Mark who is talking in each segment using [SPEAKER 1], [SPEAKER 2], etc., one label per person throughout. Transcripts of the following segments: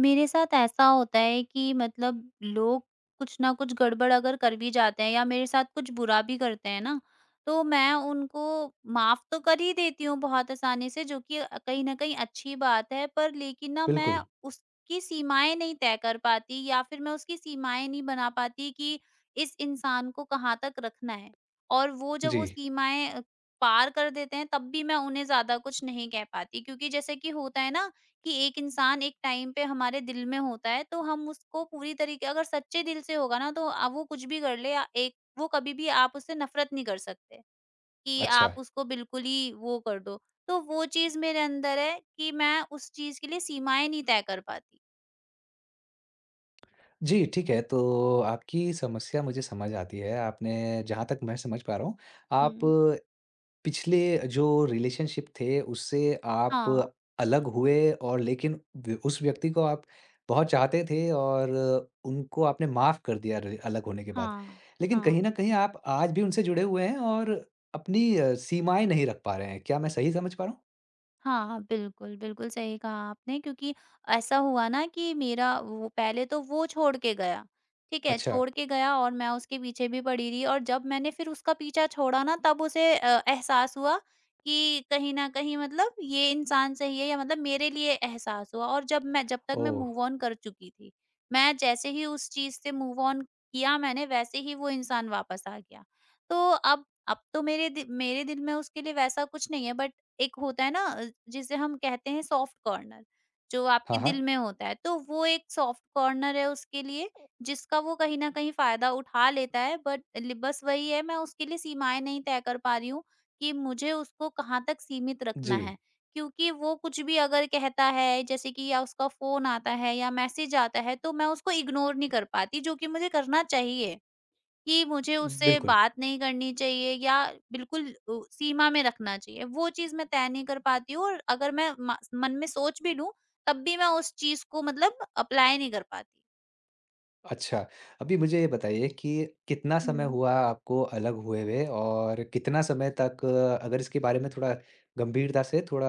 [SPEAKER 1] मेरे साथ ऐसा होता है कि मतलब लोग कुछ ना कुछ गड़बड़ अगर कर भी जाते हैं या मेरे साथ कुछ बुरा भी करते हैं ना, तो मैं उनको माफ़ तो कर ही देती हूँ बहुत आसानी से, जो कि कहीं न कहीं अच्छी बात है। पर लेकिन ना मैं
[SPEAKER 2] बिल्कुल,
[SPEAKER 1] उसकी सीमाएँ नहीं तय कर पाती, या फिर मैं उसकी सीमाएँ नहीं बना पाती कि इस इंसान को कहाँ तक रखना है। और वो, जब
[SPEAKER 2] जी।
[SPEAKER 1] वो सीमाएँ पार कर देते हैं, तब भी मैं उन्हें ज़्यादा कुछ नहीं कह पाती, क्योंकि जैसे कि होता है ना, कि एक इंसान एक टाइम पे हमारे दिल में होता है, तो हम उसको पूरी तरीके, अगर सच्चे दिल से होगा ना, तो वो कुछ भी कर ले, एक वो कभी भी आप उससे नफरत नहीं कर सकते कि
[SPEAKER 2] अच्छा,
[SPEAKER 1] आप उसको बिल्कुल ही वो कर दो। तो वो चीज मेरे अंदर है कि मैं उस चीज के लिए सीमाएं नहीं तय कर पाती।
[SPEAKER 2] जी, ठीक है, तो आपकी समस्या मुझे समझ आती है, आपने जहाँ तक मैं समझ पा रहा हूँ, आप
[SPEAKER 1] हम्म।
[SPEAKER 2] पिछले जो रिलेशनशिप थे, उससे आप
[SPEAKER 1] हाँ।
[SPEAKER 2] अलग हुए और लेकिन व उस व्यक्ति को आप बहुत चाहते थे और उनको आपने माफ़ कर दिया र अलग होने के बाद।
[SPEAKER 1] हाँ।
[SPEAKER 2] लेकिन
[SPEAKER 1] हाँ।
[SPEAKER 2] कहीं न कहीं आप आज भी उनसे जुड़े हुए हैं और अपनी सीमाएँ नहीं रख पा रहे हैं, क्या मैं सही समझ पा रहा हूँ?
[SPEAKER 1] हाँ, हाँ, बिल्कुल, बिल्कुल सही कहा आपने, क्योंकि ऐसा हुआ ना कि मेरा वो पहले तो वो छोड़ के गया, ठीक है?
[SPEAKER 2] अच्छा,
[SPEAKER 1] छोड़ के गया, और मैं उसके पीछे भी पड़ी रही, और जब मैंने फिर उसका पीछा छोड़ा ना, तब उसे एहसास हुआ कि कहीं न कहीं, मतलब ये इंसान सही है, या मतलब मेरे लिए एहसास हुआ। और जब तक मैं
[SPEAKER 2] ओह!
[SPEAKER 1] मूव ऑन कर चुकी थी, मैं जैसे ही उस चीज़ से मूव ऑन किया मैंने, वैसे ही वो इंसान वापस आ गया। तो अब तो मेरे दिल में उसके लिए वैसा कुछ नहीं है, बट एक होता है ना जिसे हम कहते हैं सॉफ्ट कॉर्नर, जो
[SPEAKER 2] हाँ,
[SPEAKER 1] आपके दिल
[SPEAKER 2] हाँ।
[SPEAKER 1] में होता है, तो वो एक सॉफ्ट कॉर्नर है उसके लिए, जिसका वो कहीं न कहीं फ़ायदा उठा लेता है। बट लि बस वही है, मैं उसके लिए सीमाएँ नहीं तय कर पा रही हूँ कि मुझे उसको कहाँ तक सीमित रखना
[SPEAKER 2] जी,
[SPEAKER 1] है। क्योंकि वो कुछ भी अगर कहता है, जैसे कि या उसका फ़ोन आता है या मैसेज आता है, तो मैं उसको इग्नोर नहीं कर पाती, जो कि मुझे करना चाहिए। कि मुझे उससे
[SPEAKER 2] बिल्कुल।
[SPEAKER 1] बात नहीं करनी चाहिए, या बिल्कुल सीमा में रखना चाहिए, वो चीज़ मैं तय नहीं कर पाती हूँ। और अगर मैं म मन में सोच भी लूँ, तब भी मैं उस चीज़ को मतलब अप्लाई नहीं कर पाती।
[SPEAKER 2] अच्छा, अभी मुझे ये बताइए कि कितना समय
[SPEAKER 1] हुँ।
[SPEAKER 2] हुआ आपको अलग हुए हुए और कितना समय तक अगर इसके बारे में थोड़ा गंभीरता से, थोड़ा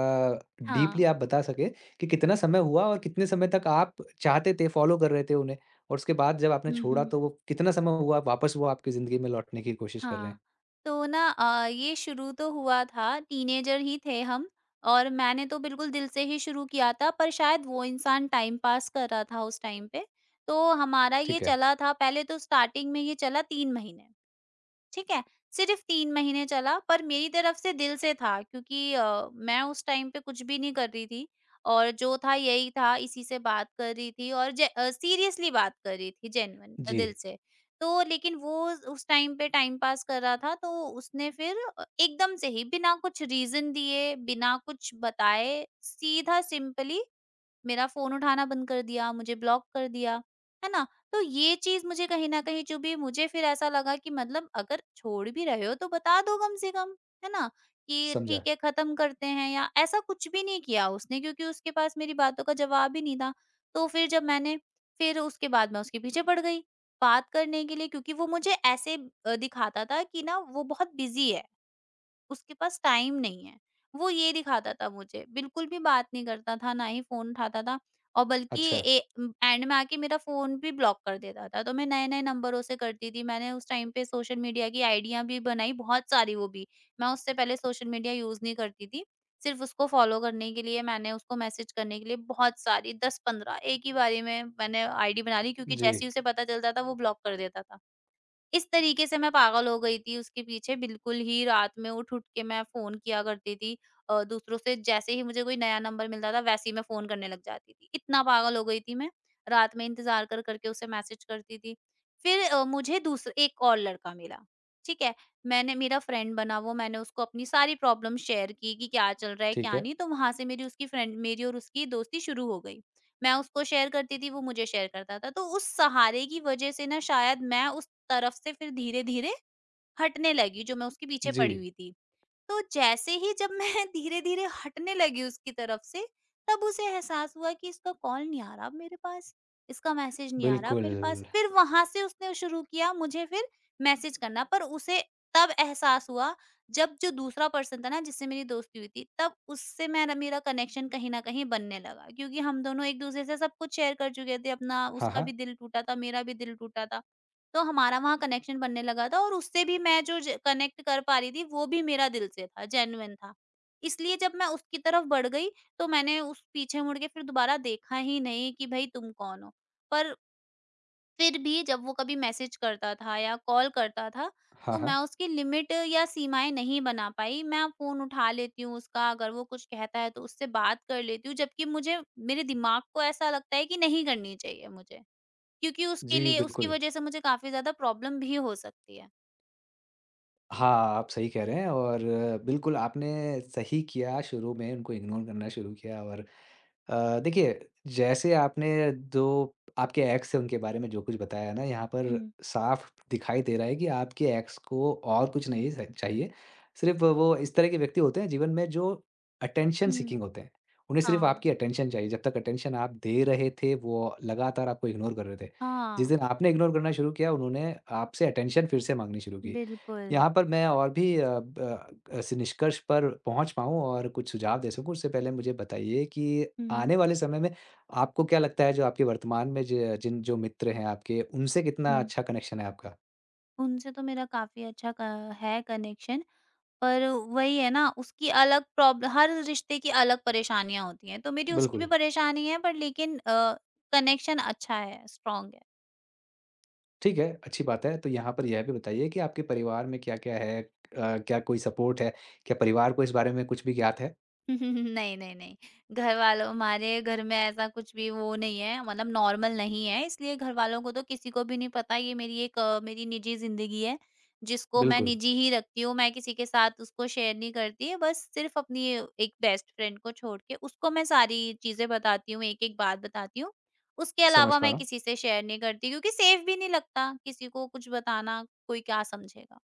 [SPEAKER 2] डीपली
[SPEAKER 1] हाँ।
[SPEAKER 2] आप बता सकें कि कितना समय हुआ और कितने समय तक आप चाहते थे, फ़ॉलो कर रहे थे उन्हें? और उसके बाद जब आपने
[SPEAKER 1] हुँ,
[SPEAKER 2] छोड़ा
[SPEAKER 1] हुँ।
[SPEAKER 2] तो वो कितना समय हुआ वापस वो आपकी ज़िंदगी में लौटने की कोशिश कर रहे
[SPEAKER 1] हाँ,
[SPEAKER 2] हैं?
[SPEAKER 1] तो ना ये शुरू तो हुआ था, टीनेजर ही थे हम, और मैंने तो बिल्कुल दिल से ही शुरू किया था, पर शायद वो इंसान टाइम पास कर रहा था उस टाइम पे। तो हमारा ये
[SPEAKER 2] ठीक है।
[SPEAKER 1] चला था पहले, तो स्टार्टिंग में ये चला 3 महीने। ठीक है, सिर्फ़ 3 महीने चला, पर मेरी तरफ से दिल से था, क्योंकि मैं उस टाइम पे कुछ भी नहीं कर रही थी, और जो था यही था, इसी से बात कर रही थी, और जे सीरियसली बात कर रही थी, जेन्युइन,
[SPEAKER 2] जी,
[SPEAKER 1] दिल से। तो लेकिन वो उस टाइम पे टाइम पास कर रहा था, तो उसने फिर एकदम से ही, बिना कुछ रीज़न दिए, बिना कुछ बताए, सीधा सिंपली मेरा फ़ोन उठाना बंद कर दिया, मुझे ब्लॉक कर दिया, है ना? तो ये चीज़ मुझे कहीं न कहीं चुभी, मुझे फिर ऐसा लगा कि मतलब अगर छोड़ भी रहे हो तो बता दो कम से कम, है ना? कि
[SPEAKER 2] समझा।
[SPEAKER 1] ठीक है, ख़त्म करते हैं, या ऐसा कुछ भी नहीं किया उसने, क्योंकि उसके पास मेरी बातों का जवाब ही नहीं था। तो फिर जब मैंने फिर उसके बाद मैं उसके पीछे पड़ गई, बात करने के लिए, क्योंकि वो मुझे ऐसे दिखाता था कि ना, वो बहुत बिज़ी है। उसके पास टाइम नहीं है। वो ये दिखाता था मुझे, बिल्कुल भी बात नहीं करता था, ना ही फ़ोन उठाता था। और बल्कि
[SPEAKER 2] अच्छा,
[SPEAKER 1] ए एंड में आके मेरा फ़ोन भी ब्लॉक कर देता था। तो मैं नए-नए नंबरों से करती थी। मैंने उस टाइम पे सोशल मीडिया की आइडियाँ भी बनाई, बहुत सारी वो भी। मैं उससे पहले सोशल मीडिया यूज़ नहीं करती थी। सिर्फ़ उसको फ़ॉलो करने के लिए, मैंने उसको मैसेज करने के लिए, बहुत सारी 10-15 एक ही बारी में मैंने आईडी बना ली, क्योंकि
[SPEAKER 2] जी,
[SPEAKER 1] जैसे ही उसे पता चलता था, वो ब्लॉक कर देता था। इस तरीके से मैं पागल हो गई थी उसके पीछे, बिल्कुल ही, रात में उठ-उठ के मैं फ़ोन किया करती थी। दूसरों से जैसे ही मुझे कोई नया नंबर मिलता था, वैसे ही मैं फ़ोन करने लग जाती थी। इतना पागल हो गई थी मैं, रात में इंतज़ार कर कर के उसे मैसेज करती थी। फिर मुझे दूस एक और लड़का मिला, ठीक है? मैंने, मेरा फ्रेंड बना वो, मैंने उसको अपनी सारी प्रॉब्लम शेयर की कि क्या चल रहा है,
[SPEAKER 2] ठीक
[SPEAKER 1] क्या
[SPEAKER 2] है।
[SPEAKER 1] नहीं, तो वहाँ से मेरी और उसकी दोस्ती शुरू हो गई। मैं उसको शेयर करती थी, वो मुझे शेयर करता था। तो उस सहारे की वज़ह से ना, शायद मैं उस तरफ से फिर धीरे-धीरे हटने लगी, जो मैं उसके पीछे
[SPEAKER 2] जी,
[SPEAKER 1] पड़ी हुई थी। तो जैसे ही जब मैं धीरे-धीरे हटने लगी उसकी तरफ से, तब उसे एहसास हुआ कि इसका कॉल नहीं आ रहा अब मेरे पास, इसका मैसेज नहीं आ रहा अब
[SPEAKER 2] बिल्कुल।
[SPEAKER 1] मेरे पास। फिर वहाँ से उसने शुरू किया मुझे फिर मैसेज करना, पर उसे तब एहसास हुआ, जब जो दूसरा पर्सन था ना, जिससे मेरी दोस्ती हुई थी, तब उससे मेरा मेरा कनेक्शन कहीं न कहीं बनने लगा, क्योंकि हम दोनों एक-दूसरे से सब कुछ शेयर कर चुके थे अपना,
[SPEAKER 2] हाँ,
[SPEAKER 1] उसका भी
[SPEAKER 2] हाँ।
[SPEAKER 1] दिल टूटा था, मेरा भी दिल टूटा था। तो हमारा वहाँ कनेक्शन बनने लगा था, और उससे भी मैं जो ज कनेक्ट कर पा रही थी, वो भी मेरा दिल से था, जेन्युइन था। इसलिए जब मैं उसकी तरफ बढ़ गई, तो मैंने उस पीछे मुड़ के फिर दोबारा देखा ही नहीं कि भई तुम कौन हो? पर फिर भी जब वो कभी मैसेज करता था या कॉल करता था,
[SPEAKER 2] हाँ,
[SPEAKER 1] तो
[SPEAKER 2] हाँ।
[SPEAKER 1] मैं उसकी लिमिट या सीमाएँ नहीं बना पाई। मैं फ़ोन उठा लेती हूँ उसका, अगर वो कुछ कहता है तो उससे बात कर लेती हूँ, जबकि मुझे, मेरे दिमाग को ऐसा लगता है कि नहीं करनी चाहिए मुझे। क्योंकि उसके
[SPEAKER 2] जी,
[SPEAKER 1] लिए, उसकी
[SPEAKER 2] बिल्कुल।
[SPEAKER 1] वजह से, मुझे काफ़ी ज़्यादा प्रॉब्लम भी हो सकती है।
[SPEAKER 2] हाँ, आप सही कह रहे हैं और बिल्कुल आपने सही किया शुरू में उनको इग्नोर करना शुरू किया और देखिए जैसे आपने जो आपके एक्स हैं उनके बारे में जो कुछ बताया ना यहाँ पर
[SPEAKER 1] हुँ,
[SPEAKER 2] साफ दिखाई दे रहा है कि आपके एक्स को और कुछ नहीं स चाहिए। सिर्फ़ वो इस तरह के व्यक्ति होते हैं जीवन में जो अटेंशन
[SPEAKER 1] हुँ।
[SPEAKER 2] सीकिंग होते हैं। उन्हें सिर्फ़
[SPEAKER 1] हाँ,
[SPEAKER 2] आपकी अटेंशन चाहिए, जब तक अटेंशन आप दे रहे थे वो लगातार आपको इग्नोर कर रहे थे। जिस
[SPEAKER 1] हाँ,
[SPEAKER 2] दिन आपने इग्नोर करना शुरू किया उन्होंने आपसे अटेंशन फिर से माँगनी शुरू की।
[SPEAKER 1] बिल्कुल।
[SPEAKER 2] यहाँ पर मैं और भी अ, ब ऐसे निष्कर्ष पर पहुँच पाऊँ और कुछ सुझाव दे सकूँ, उससे पहले मुझे बताइए कि
[SPEAKER 1] हुँ,
[SPEAKER 2] आने वाले समय में आपको क्या लगता है जो आपके वर्तमान में ज जिन जो मित्र हैं आपके, उनसे कितना
[SPEAKER 1] हुँ।
[SPEAKER 2] अच्छा कनेक्शन है आपका?
[SPEAKER 1] उनसे तो मेरा काफ़ी अच्छा क है कनेक्शन, पर वही है ना, उसकी अलग प्रॉब्लम, हर रिश्ते की अलग परेशानियाँ होती हैं, तो मेरी उसकी भी
[SPEAKER 2] बिल्कुल,
[SPEAKER 1] परेशानी है, पर लेकिन कनेक्शन अच्छा है, स्ट्रॉन्ग है।
[SPEAKER 2] ठीक है, अच्छी बात है। तो यहाँ पर यह भी बताइए कि आपके परिवार में क्या-क्या है? क्या कोई सपोर्ट है? क्या परिवार को इस बारे में कुछ भी ज्ञात है?
[SPEAKER 1] नहीं, नहीं, नहीं। घरवालों हमारे घर में ऐसा कुछ भी वो नहीं है, मतलब नॉर्मल नहीं है, इसलिए घरवालों को तो किसी को भी नहीं पता। ये मेरी मेरी निजी ज़िंदगी है, जिसको मैं
[SPEAKER 2] बिल्कुल,
[SPEAKER 1] निजी ही रखती हूँ, मैं किसी के साथ उसको शेयर नहीं करती। बस सिर्फ़ अपनी एक बेस्ट फ्रेंड को छोड़ के, उसको मैं सारी चीज़ें बताती हूँ, एक-एक बात बताती हूँ। उसके
[SPEAKER 2] समझ
[SPEAKER 1] अलावा
[SPEAKER 2] पा
[SPEAKER 1] मैं
[SPEAKER 2] रहा हूँ।
[SPEAKER 1] किसी से शेयर नहीं करती, क्योंकि सेफ़ भी नहीं लगता किसी को कुछ बताना, कोई क्या समझेगा?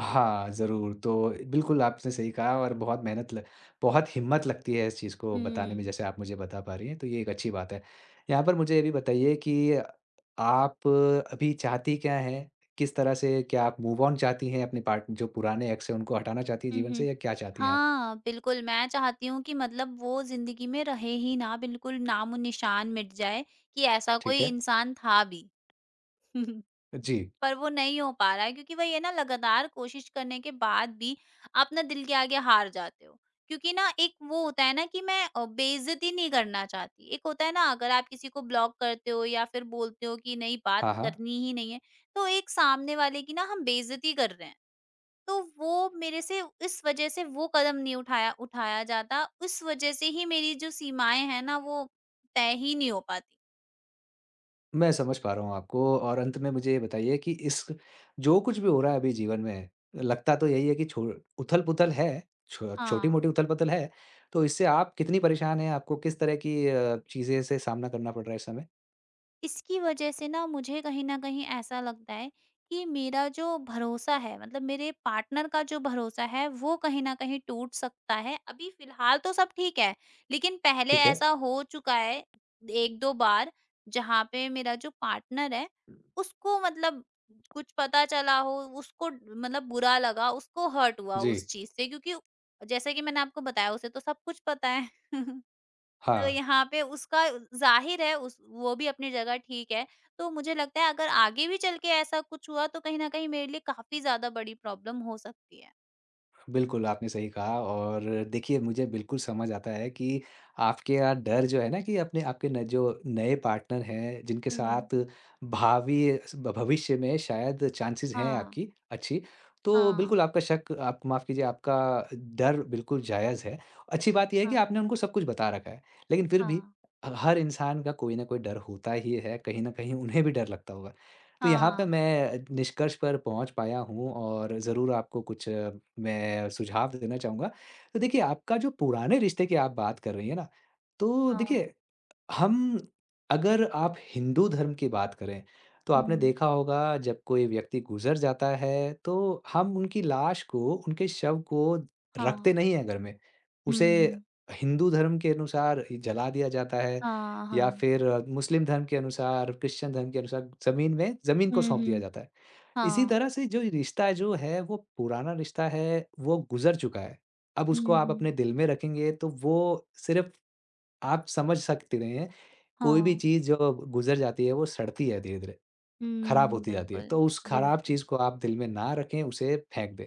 [SPEAKER 2] हाँ, ज़रूर। तो बिल्कुल आपने सही कहा और बहुत मेहनत ल बहुत हिम्मत लगती है इस चीज़ को बताने में
[SPEAKER 1] हुँ।
[SPEAKER 2] जैसे आप मुझे बता पा रही हैं, तो ये एक अच्छी बात है। यहाँ पर मुझे ये भी बताइए कि आप अभी चाहती क्या हैं? किस तरह से क्या आप मूव ऑन चाहती हैं अपने पार्ट जो पुराने एक्स हैं उनको हटाना चाहती हैं
[SPEAKER 1] हुँ,
[SPEAKER 2] जीवन से
[SPEAKER 1] हुँ।
[SPEAKER 2] या क्या चाहती हैं आप?
[SPEAKER 1] हाँ, बिल्कुल, मैं चाहती हूँ कि मतलब वो ज़िंदगी में रहे ही ना, बिल्कुल नामो-निशान मिट जाए कि ऐसा
[SPEAKER 2] ठीक
[SPEAKER 1] कोई
[SPEAKER 2] है।
[SPEAKER 1] इंसान था भी।
[SPEAKER 2] जी।
[SPEAKER 1] पर वो नहीं हो पा रहा है, क्योंकि वही है ना, लगातार कोशिश करने के बाद भी आप ना दिल के आगे हार जाते हो। क्योंकि ना, एक वो होता है ना कि मैं बेइज़्ज़ती नहीं करना चाहती। एक होता है ना, अगर आप किसी को ब्लॉक करते हो या फिर बोलते हो कि नहीं, बात
[SPEAKER 2] हाँ, हाँ।
[SPEAKER 1] करनी ही नहीं है, तो एक सामने वाले की ना, हम बेइज़्ज़ती कर रहे हैं। तो वो मेरे से इस वजह से, वो कदम नहीं उठाया उठाया जाता। उस वजह से ही मेरी जो सीमाएँ हैं ना, वो तय ही नहीं हो पाती।
[SPEAKER 2] मैं समझ पा रहा हूँ आपको और अंत में मुझे ये बताइए कि इस जो कुछ भी हो रहा है अभी जीवन में, लगता तो यही है कि छो उथल-पुथल है, छो
[SPEAKER 1] हाँ।
[SPEAKER 2] छोटी-मोटी उथल-पुथल है, तो इससे आप कितनी परेशान हैं? आपको किस तरह की चीज़ें से सामना करना पड़ रहा है इस समय?
[SPEAKER 1] इसकी वजह से ना मुझे कहीं न कहीं ऐसा लगता है कि मेरा जो भरोसा है, मतलब मेरे पार्टनर का जो भरोसा है, वो कहीं न कहीं टूट सकता है। अभी फ़िलहाल तो सब ठीक है, लेकिन पहले
[SPEAKER 2] ठीक है।
[SPEAKER 1] ऐसा हो चुका है 1-2 बार, जहाँ पे मेरा जो पार्टनर है, उसको मतलब कुछ पता चला हो, उसको मतलब बुरा लगा, उसको हर्ट हुआ
[SPEAKER 2] जी,
[SPEAKER 1] उस चीज़ से, क्योंकि जैसे कि मैंने आपको बताया, उसे तो सब कुछ पता है। तो
[SPEAKER 2] हाँ।
[SPEAKER 1] यहाँ पे उसका ज़ाहिर है, उस वो भी अपनी जगह ठीक है। तो मुझे लगता है, अगर आगे भी चल के ऐसा कुछ हुआ, तो कहीं न कहीं मेरे लिए काफ़ी ज़्यादा बड़ी प्रॉब्लम हो सकती है।
[SPEAKER 2] बिल्कुल, आपने सही कहा और देखिए मुझे बिल्कुल समझ आता है कि आपके यहाँ डर जो है ना कि अपने आपके न जो नए पार्टनर हैं जिनके
[SPEAKER 1] हुँ।
[SPEAKER 2] साथ भावी स भविष्य में शायद चांसेस हैं
[SPEAKER 1] हाँ,
[SPEAKER 2] आपकी अच्छी, तो
[SPEAKER 1] हाँ,
[SPEAKER 2] बिल्कुल आपका शक आप माफ़ कीजिए आपका डर बिल्कुल जायज़ है। अच्छी बात ये है कि
[SPEAKER 1] हाँ,
[SPEAKER 2] आपने उनको सब कुछ बता रखा है, लेकिन फिर भी ह
[SPEAKER 1] हाँ,
[SPEAKER 2] हर इंसान का कोई न कोई डर होता ही है, कहीं न कहीं उन्हें भी डर लगता होगा। तो यहाँ पे
[SPEAKER 1] हाँ,
[SPEAKER 2] मैं निष्कर्ष पर पहुँच पाया हूँ और ज़रूर आपको कुछ मैं सुझाव देना चाहूँगा। तो देखिए आपका जो पुराने रिश्ते की आप बात कर रही हैं ना, तो
[SPEAKER 1] हाँ,
[SPEAKER 2] देखिए हम अगर आप हिंदू धर्म की बात करें, तो आपने
[SPEAKER 1] हुँ,
[SPEAKER 2] देखा होगा जब कोई व्यक्ति गुज़र जाता है, तो हम उनकी लाश को, उनके शव को
[SPEAKER 1] हाँ,
[SPEAKER 2] रखते नहीं हैं घर में। उसे
[SPEAKER 1] हुँ, हुँ,
[SPEAKER 2] हिंदू धर्म के अनुसार जला दिया जाता है
[SPEAKER 1] हाँ,
[SPEAKER 2] या
[SPEAKER 1] हाँ,
[SPEAKER 2] फिर मुस्लिम धर्म के अनुसार, क्रिश्चियन धर्म के अनुसार ज़मीन को
[SPEAKER 1] हुँ,
[SPEAKER 2] सौंप दिया
[SPEAKER 1] हुँ,
[SPEAKER 2] जाता है। इसी
[SPEAKER 1] हाँ,
[SPEAKER 2] तरह से जो रिश्ता जो है वो पुराना रिश्ता है, वो गुज़र चुका है। अब
[SPEAKER 1] हुँ,
[SPEAKER 2] उसको आप
[SPEAKER 1] हुँ,
[SPEAKER 2] अपने दिल में रखेंगे तो वो सिर्फ़ आप समझ सकते हैं, कोई भी
[SPEAKER 1] हाँ,
[SPEAKER 2] चीज़ जो गुज़र जाती है, वो सड़ती है धीरे-धीरे, खराब
[SPEAKER 1] हुँ,
[SPEAKER 2] होती जाती है।
[SPEAKER 1] बिल्कुल,
[SPEAKER 2] तो उस खराब
[SPEAKER 1] बिल्कुल,
[SPEAKER 2] चीज़ को आप दिल में ना रखें, उसे फेंक दें।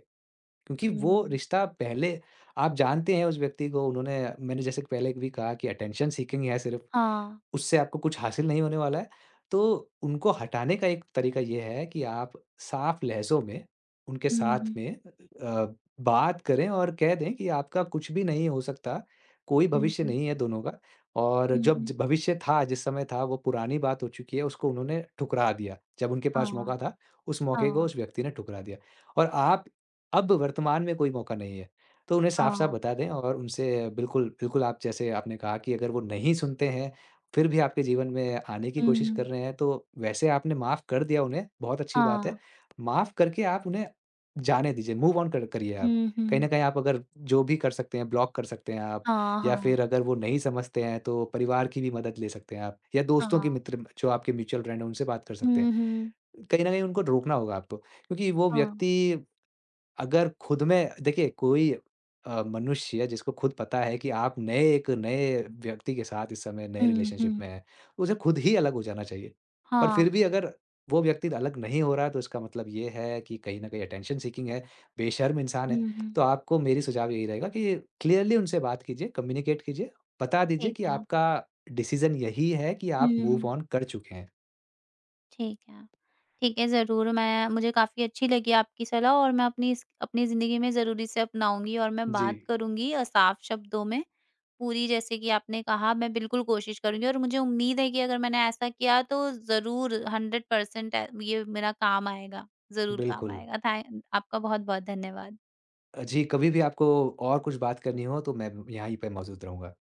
[SPEAKER 2] क्योंकि वो
[SPEAKER 1] हुँ,
[SPEAKER 2] रिश्ता पहले आप जानते हैं उस व्यक्ति को, उन्होंने मैंने जैसे पहले भी कहा कि अटेंशन सीकिंग है सिर्फ़।
[SPEAKER 1] हाँ,
[SPEAKER 2] उससे आपको कुछ हासिल नहीं होने वाला है। तो उनको हटाने का एक तरीका ये है कि आप साफ लहज़ों में उनके
[SPEAKER 1] हुँ,
[SPEAKER 2] साथ
[SPEAKER 1] हुँ,
[SPEAKER 2] में बात करें और कह दें कि आपका कुछ भी नहीं हो सकता, कोई
[SPEAKER 1] हुँ,
[SPEAKER 2] भविष्य
[SPEAKER 1] हुँ,
[SPEAKER 2] नहीं है दोनों का और
[SPEAKER 1] हुँ,
[SPEAKER 2] जब
[SPEAKER 1] हुँ,
[SPEAKER 2] ज भविष्य था, जिस समय था वो पुरानी बात हो चुकी है, उसको उन्होंने ठुकरा दिया। जब उनके पास
[SPEAKER 1] हाँ,
[SPEAKER 2] मौका था, उस मौके को
[SPEAKER 1] हाँ,
[SPEAKER 2] उस व्यक्ति ने ठुकरा दिया और आप अब वर्तमान में कोई मौका नहीं है। तो उन्हें साफ-साफ
[SPEAKER 1] हाँ,
[SPEAKER 2] बता दें और उनसे बिल्कुल, बिल्कुल आप जैसे आपने कहा कि अगर वो नहीं सुनते हैं फिर भी आपके जीवन में आने की
[SPEAKER 1] हुँ,
[SPEAKER 2] कोशिश कर
[SPEAKER 1] हुँ,
[SPEAKER 2] रहे हैं, तो वैसे आपने माफ़ कर दिया उन्हें, बहुत अच्छी बात है।
[SPEAKER 1] हाँ।
[SPEAKER 2] माफ़ करके आप उन्हें जाने दीजिए, मूव ऑन कर करिए आप।
[SPEAKER 1] हुँ,
[SPEAKER 2] कहीं न
[SPEAKER 1] हुँ।
[SPEAKER 2] कहीं आप अगर जो भी कर सकते हैं, ब्लॉक कर सकते हैं आप
[SPEAKER 1] हाँ,
[SPEAKER 2] या
[SPEAKER 1] हाँ,
[SPEAKER 2] फिर अगर वो नहीं समझते हैं, तो परिवार की भी मदद ले सकते हैं आप या दोस्तों के
[SPEAKER 1] हाँ।
[SPEAKER 2] मित्र जो आपके म्यूचुअल फ्रेंड हैं, उनसे बात कर सकते हैं।
[SPEAKER 1] हुँ, हुँ।
[SPEAKER 2] कहीं न कहीं उनको रोकना होगा आपको, क्योंकि वो
[SPEAKER 1] हाँ।
[SPEAKER 2] व्यक्ति अगर खुद में देखिए कोई मनुष्य जिसको खुद पता है कि आप नए एक नए व्यक्ति के साथ इस समय नए
[SPEAKER 1] हुँ,
[SPEAKER 2] रिलेशनशिप में
[SPEAKER 1] हुँ।
[SPEAKER 2] हैं, उसे खुद ही अलग हो जाना चाहिए। पर
[SPEAKER 1] हाँ।
[SPEAKER 2] फिर भी अगर वो व्यक्ति अलग नहीं हो रहा है, तो इसका मतलब ये है कि कहीं न कहीं अटेंशन सीकिंग है, बेशर्म इंसान है।
[SPEAKER 1] हुँ, हुँ।
[SPEAKER 2] तो आपको मेरी सुझाव यही रहेगा कि क्लियरली उनसे बात कीजिए, कम्युनिकेट कीजिए, बता दीजिए
[SPEAKER 1] ठीक
[SPEAKER 2] कि
[SPEAKER 1] है।
[SPEAKER 2] आपका डिसीज़न यही है कि
[SPEAKER 1] हुँ,
[SPEAKER 2] आप मूव
[SPEAKER 1] हुँ।
[SPEAKER 2] ऑन कर चुके हैं।
[SPEAKER 1] ठीक है। ठीक है, ज़रूर, मैं मुझे काफ़ी अच्छी लगी आपकी सलाह, और मैं अपनी ज़िंदगी में ज़रूर इसे अपनाऊँगी, और मैं
[SPEAKER 2] जी,
[SPEAKER 1] बात करूँगी साफ शब्दों में, पूरी, जैसे कि आपने कहा। मैं बिल्कुल कोशिश करूँगी, और मुझे उम्मीद है कि अगर मैंने ऐसा किया, तो ज़रूर 100% ए ये मेरा काम आएगा। ज़रूर काम
[SPEAKER 2] बिल्कुल।
[SPEAKER 1] आएगा। थैं आपका बहुत-बहुत धन्यवाद।
[SPEAKER 2] जी, कभी भी आपको और कुछ बात करनी हो तो मैं यहाँ ही पे मौजूद रहूँगा।